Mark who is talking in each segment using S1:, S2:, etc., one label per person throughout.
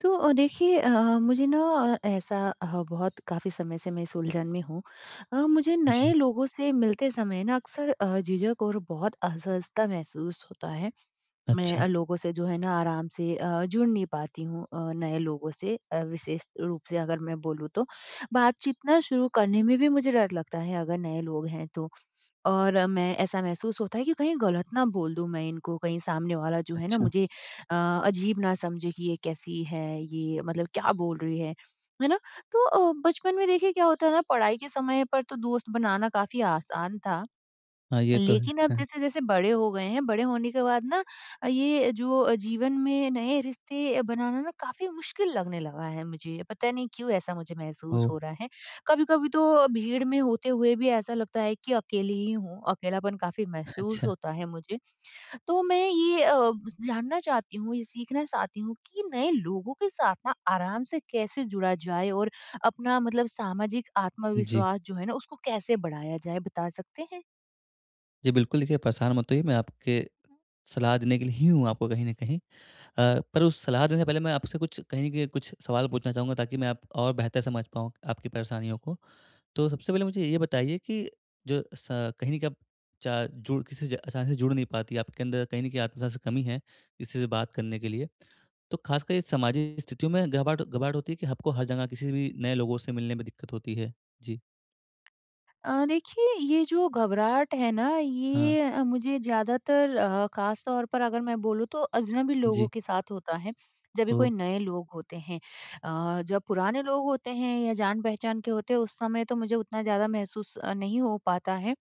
S1: तो देखिए मुझे ना ऐसा बहुत काफ़ी समय से मैं इस उलझन में हूँ। मुझे नए
S2: जी।
S1: लोगों से मिलते समय ना अक्सर झिझक और बहुत असहजता महसूस होता है। मैं
S2: अच्छा।
S1: लोगों से जो है ना आराम से जुड़ नहीं पाती हूँ, नए लोगों से, विशेष रूप से अगर मैं बोलूँ तो। बातचीत ना शुरू करने में भी मुझे डर लगता है, अगर नए लोग हैं तो। और मैं ऐसा महसूस होता है कि कहीं गलत ना बोल दूँ मैं इनको, कहीं सामने वाला जो है ना
S2: अच्छा।
S1: मुझे अ, अजीब ना समझे कि ये कैसी है, ये मतलब क्या बोल रही है ना? तो बचपन में देखिए क्या होता है ना, पढ़ाई के समय पर तो दोस्त बनाना काफ़ी आसान था,
S2: हाँ, ये तो है।
S1: लेकिन अब जैसे-जैसे बड़े हो गए हैं, बड़े होने के बाद ना ये जो जीवन में नए रिश्ते बनाना ना काफ़ी मुश्किल लगने लगा है मुझे। पता नहीं क्यों ऐसा मुझे महसूस
S2: ओह!
S1: हो रहा है। कभी-कभी तो भीड़ में होते हुए भी ऐसा लगता है कि अकेली ही हूँ, अकेलापन काफ़ी महसूस
S2: अच्छा।
S1: होता है मुझे। तो मैं ये जानना चाहती हूँ, ये सीखना चाहती हूँ कि नए लोगों के साथ ना आराम से कैसे जुड़ा जाए, और अपना मतलब सामाजिक
S2: जी।
S1: आत्मविश्वास जो है ना उसको कैसे बढ़ाया जाए, बता सकते हैं?
S2: जी, बिल्कुल देखिए परेशान मत होइए, मैं आपके सलाह देने के लिए ही हूँ आपको कहीं न कहीं। पर उस सलाह देने से पहले मैं आपसे कुछ कहीं न कहीं कुछ सवाल पूछना चाहूँगा ताकि मैं आप और बेहतर समझ पाऊँ आपकी परेशानियों को। तो सबसे पहले मुझे ये बताइए कि जो स कहीं न कहीं आप चा जुड़ किसी से अचानक से जुड़ नहीं पाती, आपके अंदर कहीं न कहीं आत्मविश्वास की कमी है किसी से बात करने के लिए। तो ख़ासकर ये सामाजिक स्थितियों में घबराहट घबराहट होती है कि आपको हर जगह किसी भी नए लोगों से मिलने में दिक्कत होती है? जी।
S1: देखिए, ये जो घबराहट है ना
S2: हाँ,
S1: ये मुझे ज़्यादातर, ख़ास तौर पर अगर मैं बोलूँ तो अजनबी लोगों
S2: जी।
S1: के साथ होता है। जब भी
S2: ओह!
S1: कोई नए लोग होते हैं, जब पुराने लोग होते हैं या जान-पहचान के होते हैं उस समय तो मुझे उतना ज़्यादा महसूस नहीं हो पाता है।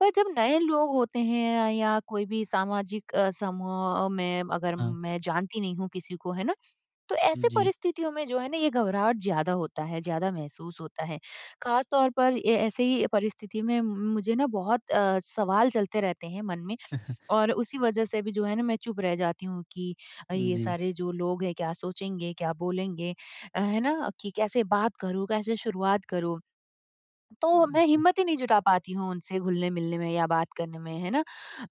S1: पर जब नए लोग होते हैं या कोई भी सामाजिक समूह में, अगर
S2: हाँ,
S1: मैं जानती नहीं हूँ किसी को, है ना? तो ऐसे
S2: जी।
S1: परिस्थितियों में जो है ना ये घबराहट ज्यादा होता है, ज्यादा महसूस होता है। खास तौर पर ये ऐसे ही परिस्थिति में मुझे ना बहुत सवाल चलते रहते हैं मन में, और उसी वजह से भी जो है ना मैं चुप रह जाती हूँ कि ये
S2: जी।
S1: सारे जो लोग हैं क्या सोचेंगे, क्या बोलेंगे? है ना? कि कैसे बात करूँ, कैसे शुरुआत करूँ? तो मैं
S2: जी।
S1: हिम्मत ही नहीं जुटा पाती हूँ उनसे घुलने-मिलने में या बात करने में, है ना?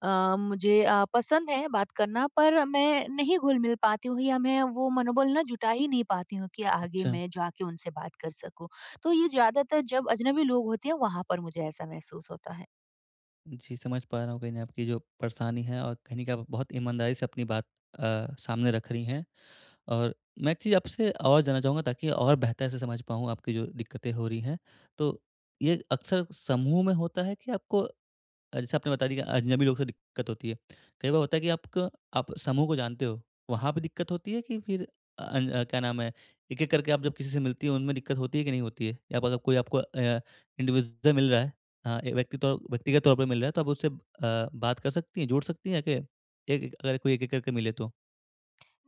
S1: मुझे पसंद है बात करना, पर मैं नहीं घुल-मिल पाती हूँ, या मैं वो मनोबल ना जुटा ही नहीं पाती हूँ कि आगे
S2: अच्छा।
S1: मैं जाके उनसे बात कर सकूँ। तो ये ज़्यादातर जब अजनबी लोग होते हैं, वहाँ पर मुझे ऐसा महसूस होता है।
S2: जी, समझ पा रहा हूँ कहीं न आपकी जो परेशानी है और कहीं न कहीं आप बहुत ईमानदारी से अपनी बात सामने रख रही हैं। और मैं एक चीज़ आपसे और जानना चाहूँगा ताकि और बेहतर से समझ पाऊँ आपकी जो दिक्कतें हो रही हैं। तो ये अक्सर समूह में होता है कि आपको जैसे आपने बता दिया कि अजनबी लोग से दिक्कत होती है। कई बार होता है कि आपको आप समूह को जानते हो, वहाँ पे दिक्कत होती है कि फिर क्या नाम है, एक-एक करके आप जब किसी से मिलती हो, उनमें दिक्कत होती है कि नहीं होती है? या अगर कोई आपको इंडिविजुअल मिल रहा है एक व्यक्तिगत तौर पे मिल रहा है, तो आप उससे बात कर सकती हैं, जुड़ सकती हैं कि एक-एक अगर कोई एक-एक करके मिले तो?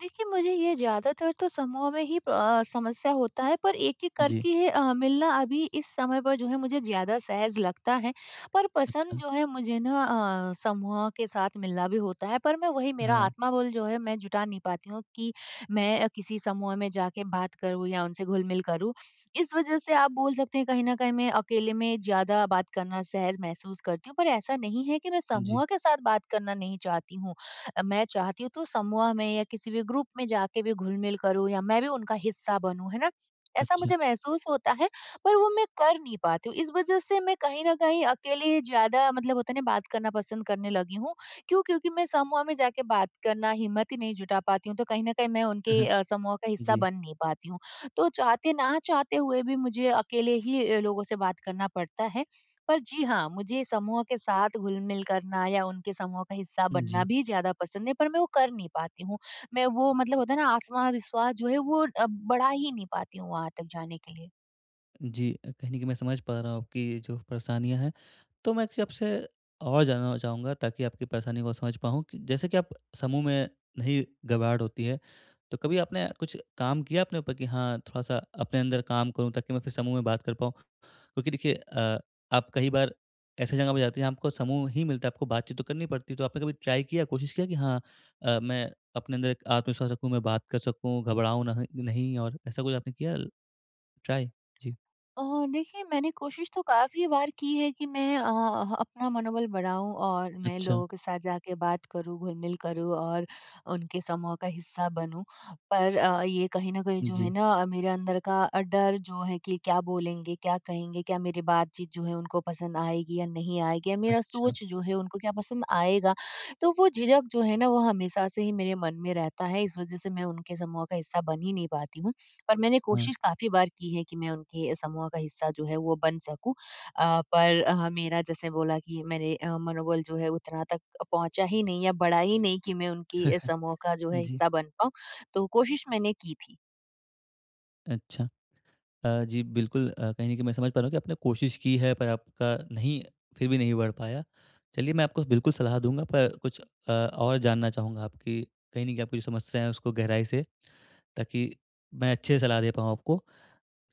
S1: देखिए, मुझे ये ज़्यादातर तो समूह में ही समस्या होता है, पर एक-एक
S2: जी।
S1: करके मिलना अभी इस समय पर जो है मुझे ज़्यादा सहज लगता है। पर पसंद
S2: अच्छा।
S1: जो है मुझे ना, समूह के साथ मिलना भी होता है, पर मैं वही मेरा
S2: हाँ।
S1: आत्मबल जो है मैं जुटा नहीं पाती हूँ कि मैं किसी समूह में जाके बात करूँ या उनसे घुल-मिल करूँ। इस वज़ह से आप बोल सकते हैं, कहीं न कहीं मैं अकेले में ज़्यादा बात करना सहज महसूस करती हूँ, पर ऐसा नहीं है कि मैं
S2: जी।
S1: समूह के साथ बात करना नहीं चाहती हूँ। मैं चाहती हूँ तो समूह में या किसी भी ग्रुप में जाके भी घुल-मिल करूँ, या मैं भी उनका हिस्सा बनूँ, है ना? ऐसा
S2: अच्छा।
S1: मुझे महसूस होता है, पर वो मैं कर नहीं पाती हूँ। इस वजह से मैं कहीं न कहीं अकेले ज़्यादा, मतलब होता है ना, बात करना पसंद करने लगी हूँ। क्यों? क्योंकि मैं समूह में जाके बात करना हिम्मत ही नहीं जुटा पाती हूँ, तो कहीं न कहीं मैं उनके समूह का हिस्सा
S2: जी।
S1: बन नहीं पाती हूँ। तो चाहते ना चाहते हुए भी मुझे अकेले ही लोगों से बात करना पड़ता है, पर जी हाँ, मुझे समूह के साथ घुल-मिल करना या उनके समूह का हिस्सा बनना
S2: जी।
S1: भी ज़्यादा पसंद है, पर मैं वो कर नहीं पाती हूँ। मैं वो, मतलब होता है ना, आत्मविश्वास जो है वो बढ़ा ही नहीं पाती हूँ वहाँ तक जाने के लिए।
S2: जी, कहीं न कहीं मैं समझ पा रहा हूँ आपकी जो परेशानियाँ हैं। तो मैं किसी आपसे और जानना चाहूँगा ताकि आपकी परेशानी को समझ पाऊँ कि जैसे कि आप समूह में नहीं घबराहट होती है, तो कभी आपने कुछ काम किया अपने ऊपर कि हाँ, थोड़ा-सा अपने अंदर काम करूँ ताकि मैं फिर समूह में बात कर पाऊँ? क्योंकि देखिए आप कई बार ऐसी जगह पे जाते हैं आपको समूह ही मिलता है, आपको बातचीत तो करनी पड़ती है। तो आपने कभी ट्राई किया, कोशिश किया कि हाँ मैं अपने अंदर एक आत्मविश्वास रखूँ, मैं बात कर सकूँ, घबराऊँ नह नहीं और ऐसा कुछ आपने किया ट्राई? जी।
S1: अ, देखिए, मैंने कोशिश तो काफ़ी बार की है कि मैं अपना मनोबल बढ़ाऊँ और मैं
S2: अच्छा।
S1: लोगों के साथ जाके बात करूँ, घुल-मिल करूँ और उनके समूह का हिस्सा बनूँ। पर ये कहीं न कहीं जो है
S2: जी।
S1: ना, मेरे अंदर का डर जो है कि क्या बोलेंगे, क्या कहेंगे, क्या मेरी बातचीत जो है उनको पसंद आएगी या नहीं आएगी, या मेरा
S2: अच्छा।
S1: सोच जो है उनको क्या पसंद आएगा? तो वो झिझक जो है ना वो हमेशा से ही मेरे मन में रहता है, इस वज़ह से मैं उनके समूह का हिस्सा बन ही नहीं पाती हूँ। पर मैंने
S2: हाँ।
S1: कोशिश काफ़ी बार की है कि मैं उनके समूह का हिस्सा जो है वो बन सकूँ। पर मेरा, जैसे बोला कि मेरे मनोबल जो है उतना तक पहुँचा ही नहीं या बढ़ा ही नहीं कि मैं उनके समूह का जो है
S2: जी।
S1: हिस्सा बन पाऊँ। तो कोशिश मैंने की थी।
S2: अच्छा। जी, बिल्कुल कहीं न कहीं मैं समझ पा रहा हूँ कि आपने कोशिश की है पर आपका नहीं फिर भी नहीं बढ़ पाया। चलिए मैं आपको बिल्कुल सलाह दूँगा पर कुछ और जानना चाहूँगा आपकी कहीं न कहीं आपकी जो समस्या है उसको गहराई से ताकि मैं अच्छे सलाह दे पाऊँ आपको।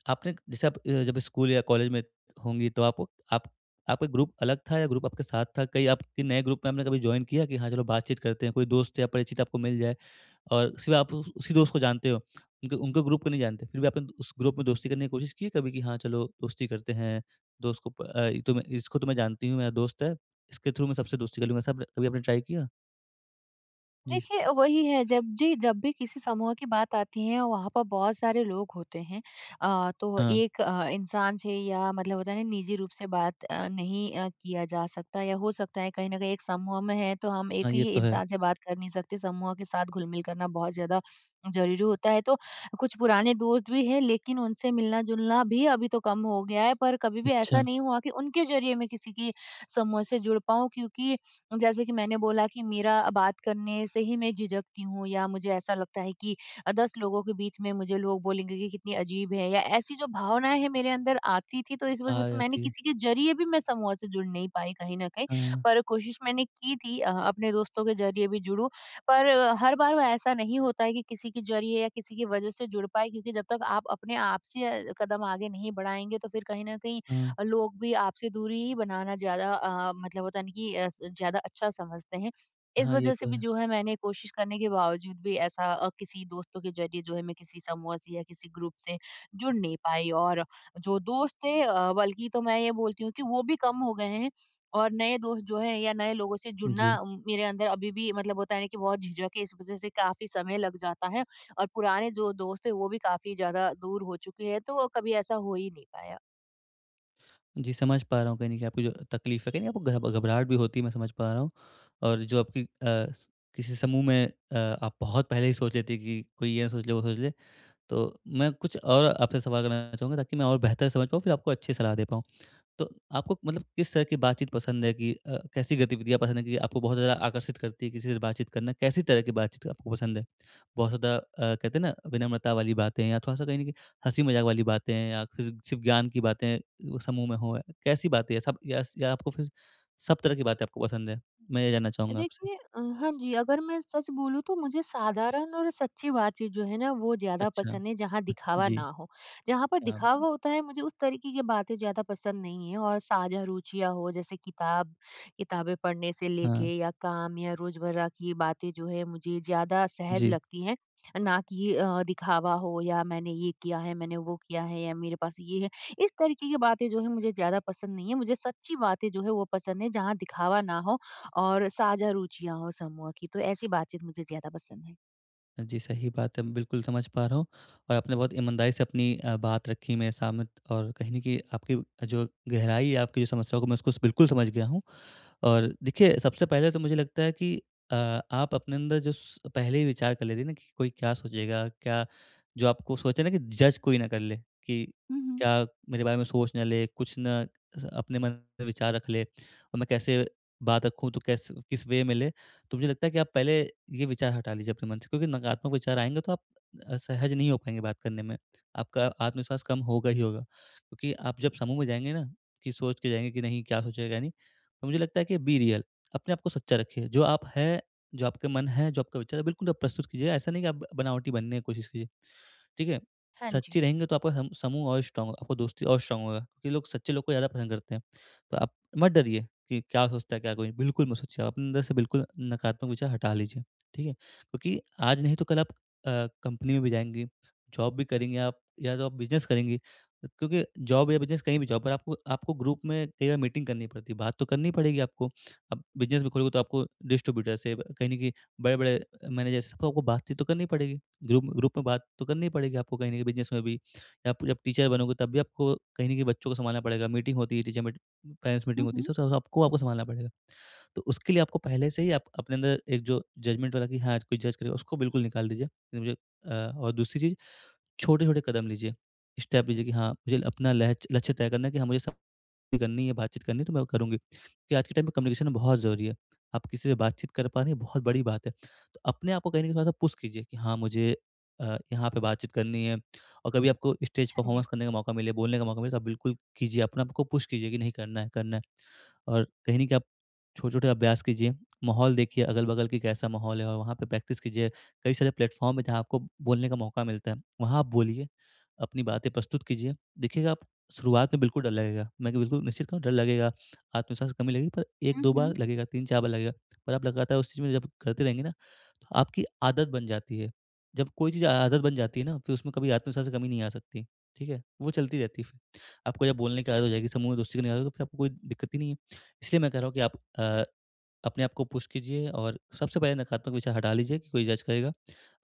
S2: आपने जैसे आप जब स्कूल या कॉलेज में होंगी तो आप आपका ग्रुप अलग था या ग्रुप आपके साथ था? कहीं आपके नए ग्रुप में आपने कभी जॉइन किया कि हाँ, चलो बातचीत करते हैं, कोई दोस्त या परिचित आपको मिल जाए? और उसके बाद आप उस उसी दोस्त को जानते हो, उनके उनके ग्रुप को नहीं जानते, फिर भी आपने उस ग्रुप में दोस्ती करने की कोशिश की है कभी कि हाँ, चलो दोस्ती करते हैं, दोस्त को प अ, ये तो मैं जानती हूँ, मेरा दोस्त है, इसके थ्रू मैं सबसे दोस्ती कर लूँगा। ऐसा आपने कभी आपने ट्राई किया? जी।
S1: देखिए, वही है। जब जी, जब भी किसी समूह की बात आती है वहाँ पर बहुत सारे लोग होते हैं। तो
S2: हाँ,
S1: एक इंसान से या, मतलब होता है ना, निजी रूप से बात नहीं किया जा सकता, या हो सकता है कहीं न कहीं एक समूह में है तो हम
S2: हाँ,
S1: एक
S2: ये
S1: ही
S2: तो है।
S1: इंसान से बात कर नहीं सकते, समूह के साथ घुल-मिल करना बहुत ज़्यादा ज़रूरी होता है। तो कुछ पुराने दोस्त भी हैं, लेकिन उनसे मिलना-जुलना भी अभी तो कम हो गया है, पर कभी भी
S2: अच्छा,
S1: ऐसा नहीं हुआ कि उनके ज़रिए मैं किसी की समूह से जुड़ पाऊँ, क्योंकि जैसे कि मैंने बोला कि मेरा बात करने से ही मैं झिझकती हूँ, या मुझे ऐसा लगता है कि 10 लोगों के बीच में मुझे लोग बोलेंगे कि कितनी अजीब है, या ऐसी जो भावनाएं हैं मेरे अंदर आती थी, तो इस
S2: आ
S1: वजह से मैंने
S2: जाती है।
S1: किसी के जरिए भी मैं समूह से जुड़ नहीं पाई, कहीं ना कहीं।
S2: हाँ,
S1: पर कोशिश मैंने की थी अपने दोस्तों के जरिए भी जुड़ूं, पर हर बार वो ऐसा नहीं होता है कि किसी के जरिए या किसी की वजह से जुड़ पाए, क्योंकि जब तक आप अपने आप से कदम आगे नहीं बढ़ाएंगे, तो फिर कहीं ना कहीं
S2: हाँ,
S1: लोग भी आपसे दूरी ही बनाना ज़्यादा, मतलब होता है ना कि, अ, स ज़्यादा अच्छा समझते हैं। इस
S2: हाँ, ये
S1: वज़ह से
S2: तो
S1: भी
S2: है।
S1: जो है मैंने कोशिश करने के बावजूद भी ऐसा किसी दोस्तों के ज़रिए जो है मैं किसी समूह से या किसी ग्रुप से जुड़ नहीं पाई। और जो दोस्त थे, बल्कि तो मैं ये बोलती हूँ कि वो भी कम हो गए हैं, और नए दोस्त जो हैं या नए लोगों से जुड़ना,
S2: जी।
S1: मेरे अंदर अभी भी, मतलब होता है ना कि, बहुत झिझक है, इस वज़ह से काफ़ी समय लग जाता है। और पुराने जो दोस्त हैं वो भी काफ़ी ज़्यादा दूर हो चुके हैं, तो कभी ऐसा हो ही नहीं पाया।
S2: जी, समझ पा रहा हूँ कहीं न कहीं आपकी जो तकलीफ़ है, कहीं न आपको घब घबराहट भी होती है, मैं समझ पा रहा हूँ और जो आपकी किसी समूह में आप बहुत पहले ही सोच लेते हैं कि कोई ये ना सोच ले, वो सोच ले तो मैं कुछ और आपसे सवाल करना चाहूँगा ताकि मैं और बेहतर समझ पाऊँ, फिर आपको अच्छी सलाह दे पाऊँ। तो आपको मतलब किस तरह की बातचीत पसंद है कि कैसी गतिविधियाँ पसंद है कि आपको बहुत ज़्यादा आकर्षित करती है किसी से बातचीत करना? कैसी तरह की बातचीत आपको पसंद है? बहुत ज़्यादा कहते हैं ना विनम्रता वाली बातें या थोड़ा-सा कहीं न कहीं हँसी-मज़ाक वाली बातें या सिर्फ़ सिर्फ़ ज्ञान की बातें वो समूह में हो, कैसी बातें हैं सब या आपको फिर सब तरह की बातें आपको पसंद है? मैं ये जानना चाहूँगा आपसे।
S1: देखिए, हाँ जी, अगर मैं सच बोलूँ तो मुझे साधारण और सच्ची बातचीत जो है ना वो ज़्यादा
S2: अच्छा।
S1: पसंद है, जहाँ दिखावा
S2: जी।
S1: ना हो। जहाँ पर
S2: हाँ।
S1: दिखावा होता है मुझे उस तरीके की बातें ज़्यादा पसंद नहीं है, और साझा रुचियाँ हो, जैसे किताबें पढ़ने से
S2: हाँ।
S1: लेके, या काम या रोज़मर्रा की बातें जो है मुझे ज़्यादा सहज
S2: जी।
S1: लगती हैं। ना कि दिखावा हो, या मैंने ये किया है, मैंने वो किया है, या मेरे पास ये है। इस तरीके की बातें जो है मुझे ज़्यादा पसंद नहीं है। मुझे सच्ची बातें जो है वो पसंद है, जहाँ दिखावा ना हो और साझा रुचियाँ हों समूह की, तो ऐसी बातचीत मुझे ज़्यादा पसंद है।
S2: जी, सही बात है। बिल्कुल समझ पा रहा हूँ और आपने बहुत ईमानदारी से अपनी बात रखी मेरे सामने और कहीं न कहीं आपकी जो गहराई है आपकी जो समस्या को मैं उसको बिल्कुल समझ गया हूँ। और देखिए सबसे पहले तो मुझे लगता है कि आप अपने अंदर जो स पहले ही विचार कर लेते हैं ना कि कोई क्या सोचेगा? क्या जो आपको सोचे ना कि जज कोई ना कर ले कि
S1: हुँ, हुँ।
S2: क्या मेरे बारे में सोच ना ले, कुछ ना अपने मन में विचार रख ले और मैं कैसे बात रखूँ तो कैसे किस वे में ले तो मुझे लगता है कि आप पहले ये विचार हटा लीजिए अपने मन से क्योंकि नकारात्मक विचार आएँगे तो आप सहज नहीं हो पाएँगे बात करने में। आपका आत्मविश्वास कम होगा ही होगा क्योंकि आप जब समूह में जाएँगे ना कि सोच के जाएँगे कि नहीं क्या सोचेगा क्या नहीं। तो मुझे लगता है कि बी रियल अपने आप को सच्चा रखिए। जो आप हैं, जो आपके मन है, जो आपका विचार है बिल्कुल आप प्रस्तुत कीजिए। ऐसा नहीं कि आप बनावटी बनने की कोशिश कीजिए। ठीक है?
S1: हाँ जी।
S2: सच्चे रहेंगे तो आपका सम समूह और स्ट्रॉन्ग आपका दोस्ती और स्ट्रॉन्ग होगा क्योंकि लोग सच्चे लोग को ज़्यादा पसंद करते हैं। तो आप मत डरिए कि क्या सोचता है, क्या कोई? बिल्कुल मत सोचिए, आप अपने अंदर से बिल्कुल नकारात्मक विचार हटा लीजिए, ठीक है? क्योंकि आज नहीं तो कल आप अ, कंपनी में भी जाएँगे, जॉब भी करेंगे आप या तो आप बिज़नेस करेंगे। क्योंकि जॉब या बिज़नेस कहीं भी जॉब पर आपको आपको ग्रुप में कई बार मीटिंग करनी पड़ती है, बात तो करनी पड़ेगी आपको। अब बिज़नेस भी खोलोगे तो आपको डिस्ट्रीब्यूटर से कहीं न कहीं बड़े-बड़े मैनेजर से तो आपको बातचीत तो करनी पड़ेगी। ग्रुप ग्रुप में बात तो करनी पड़ेगी आपको कहीं न कहीं बिज़नेस में भी। या आप जब टीचर बनोगे तब भी आपको कहीं न कहीं बच्चों को सँभालना पड़ेगा, मीटिंग होती है टीचर मीटिंग पेरेंट्स
S1: हुँ,
S2: मीटिंग होती
S1: हुँ।
S2: है सब सब आपको आपको सँभालना पड़ेगा। तो उसके लिए आपको पहले से ही आप अपने अंदर एक जो जजमेंट वाला कि हाँ, कोई जज करेगा उसको बिल्कुल निकाल दीजिए। कि मुझे और दूसरी चीज़ छोटे-छोटे कदम लीजिए, स्टेप लीजिए कि हाँ, मुझे अपना लहच लक्ष्य तय करना है कि हाँ, मुझे स करनी है, बातचीत करनी है तो मैं वो करूँगी। कि आज के टाइम में कम्युनिकेशन बहुत ज़रूरी है। आप किसी से बातचीत कर पा रहे हैं बहुत बड़ी बात है। तो अपने आप को कहीं न कहीं थोड़ा-सा पुश कीजिए कि हाँ, मुझे यहाँ पे बातचीत करनी है और कभी आपको स्टेज
S1: हाँ जी।
S2: परफ़ॉर्मेंस करने का मौका मिले, बोलने का मौका मिले तो आप बिल्कुल कीजिए। अपने आप को पुश कीजिए कि नहीं करना है, करना है। और कहीं न कहीं आप छोटे-छोटे अभ्यास कीजिए, माहौल देखिए अगल-बगल कि कैसा माहौल है और वहाँ पे प्रैक्टिस कीजिए। कई सारे प्लेटफ़ॉर्म है जहाँ आपको बोलने का मौका मिलता है, वहाँ आप बोलिए, अपनी बातें प्रस्तुत कीजिए। देखिएगा आप शुरुआत में बिल्कुल डर लगेगा, मैं बिल्कुल निश्चित कहूँ डर लगेगा, आत्मविश्वास की कमी लगेगी पर
S1: हुँ,
S2: 1-2
S1: हुँ।
S2: बार लगेगा, 3-4 बार लगेगा। पर आप लगातार उस चीज़ में जब करते रहेंगे ना, तो आपकी आदत बन जाती है। जब कोई चीज़ आदत बन जाती है ना, फिर उसमें कभी आत्मविश्वास की कमी नहीं आ सकती, ठीक है? वो चलती रहती है फिर। आपको जब बोलने की आदत हो जाएगी, समूह में दोस्ती करने की आदत होगी, फिर आपको कोई दिक्कत ही नहीं है। इसलिए मैं कह रहा हूँ कि आप अ अपने आप को पुश कीजिए और सबसे पहले नकारात्मक विचार हटा लीजिए कि कोई जज करेगा।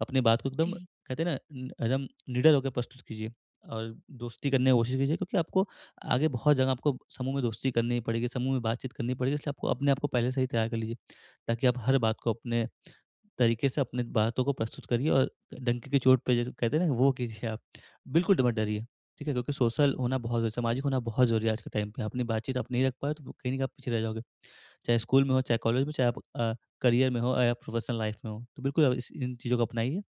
S2: अपनी बात को एकदम
S1: जी।
S2: कहते हैं ना न एकदम निडर होकर प्रस्तुत कीजिए और दोस्ती करने की कोशिश कीजिए क्योंकि आपको आगे बहुत जगह आपको समूह में दोस्ती करनी ही पड़ेगी, समूह में बातचीत करनी पड़ेगी इसलिए आपको अपने आप को पहले से ही तैयार कर लीजिए, ताकि आप हर बात को अपने तरीके से अपनी बातों को प्रस्तुत करिए और डंके की चोट पे जैसे कहते हैं ना वो कीजिए आप। बिल्कुल मत डरिए, ठीक है? क्योंकि सोशल होना बहुत ज़रूरी है, सामाजिक होना बहुत ज़रूरी है आज के टाइम पे। अपनी बातचीत आप नहीं रख पाए तो कहीं न कहीं आप पीछे रह जाओगे। चाहे स्कूल में हो, चाहे कॉलेज में, चाहे आप करियर में हो या प्रोफेशनल लाइफ में हो। तो बिल्कुल आप इस इन चीज़ों को अपनाइए।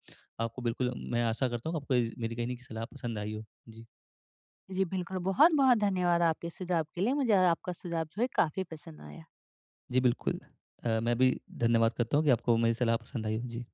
S2: आपको बिल्कुल मैं आशा करता हूँ आपको इस मेरी कहने की सलाह पसंद आई हो। जी।
S1: जी, बिल्कुल बहुत-बहुत धन्यवाद आपके सुझाव के लिए। मुझे आपका सुझाव जो है काफ़ी पसंद आया।
S2: जी, बिल्कुल। मैं भी धन्यवाद करता हूँ कि आपको मेरी सलाह पसंद आई हो। जी।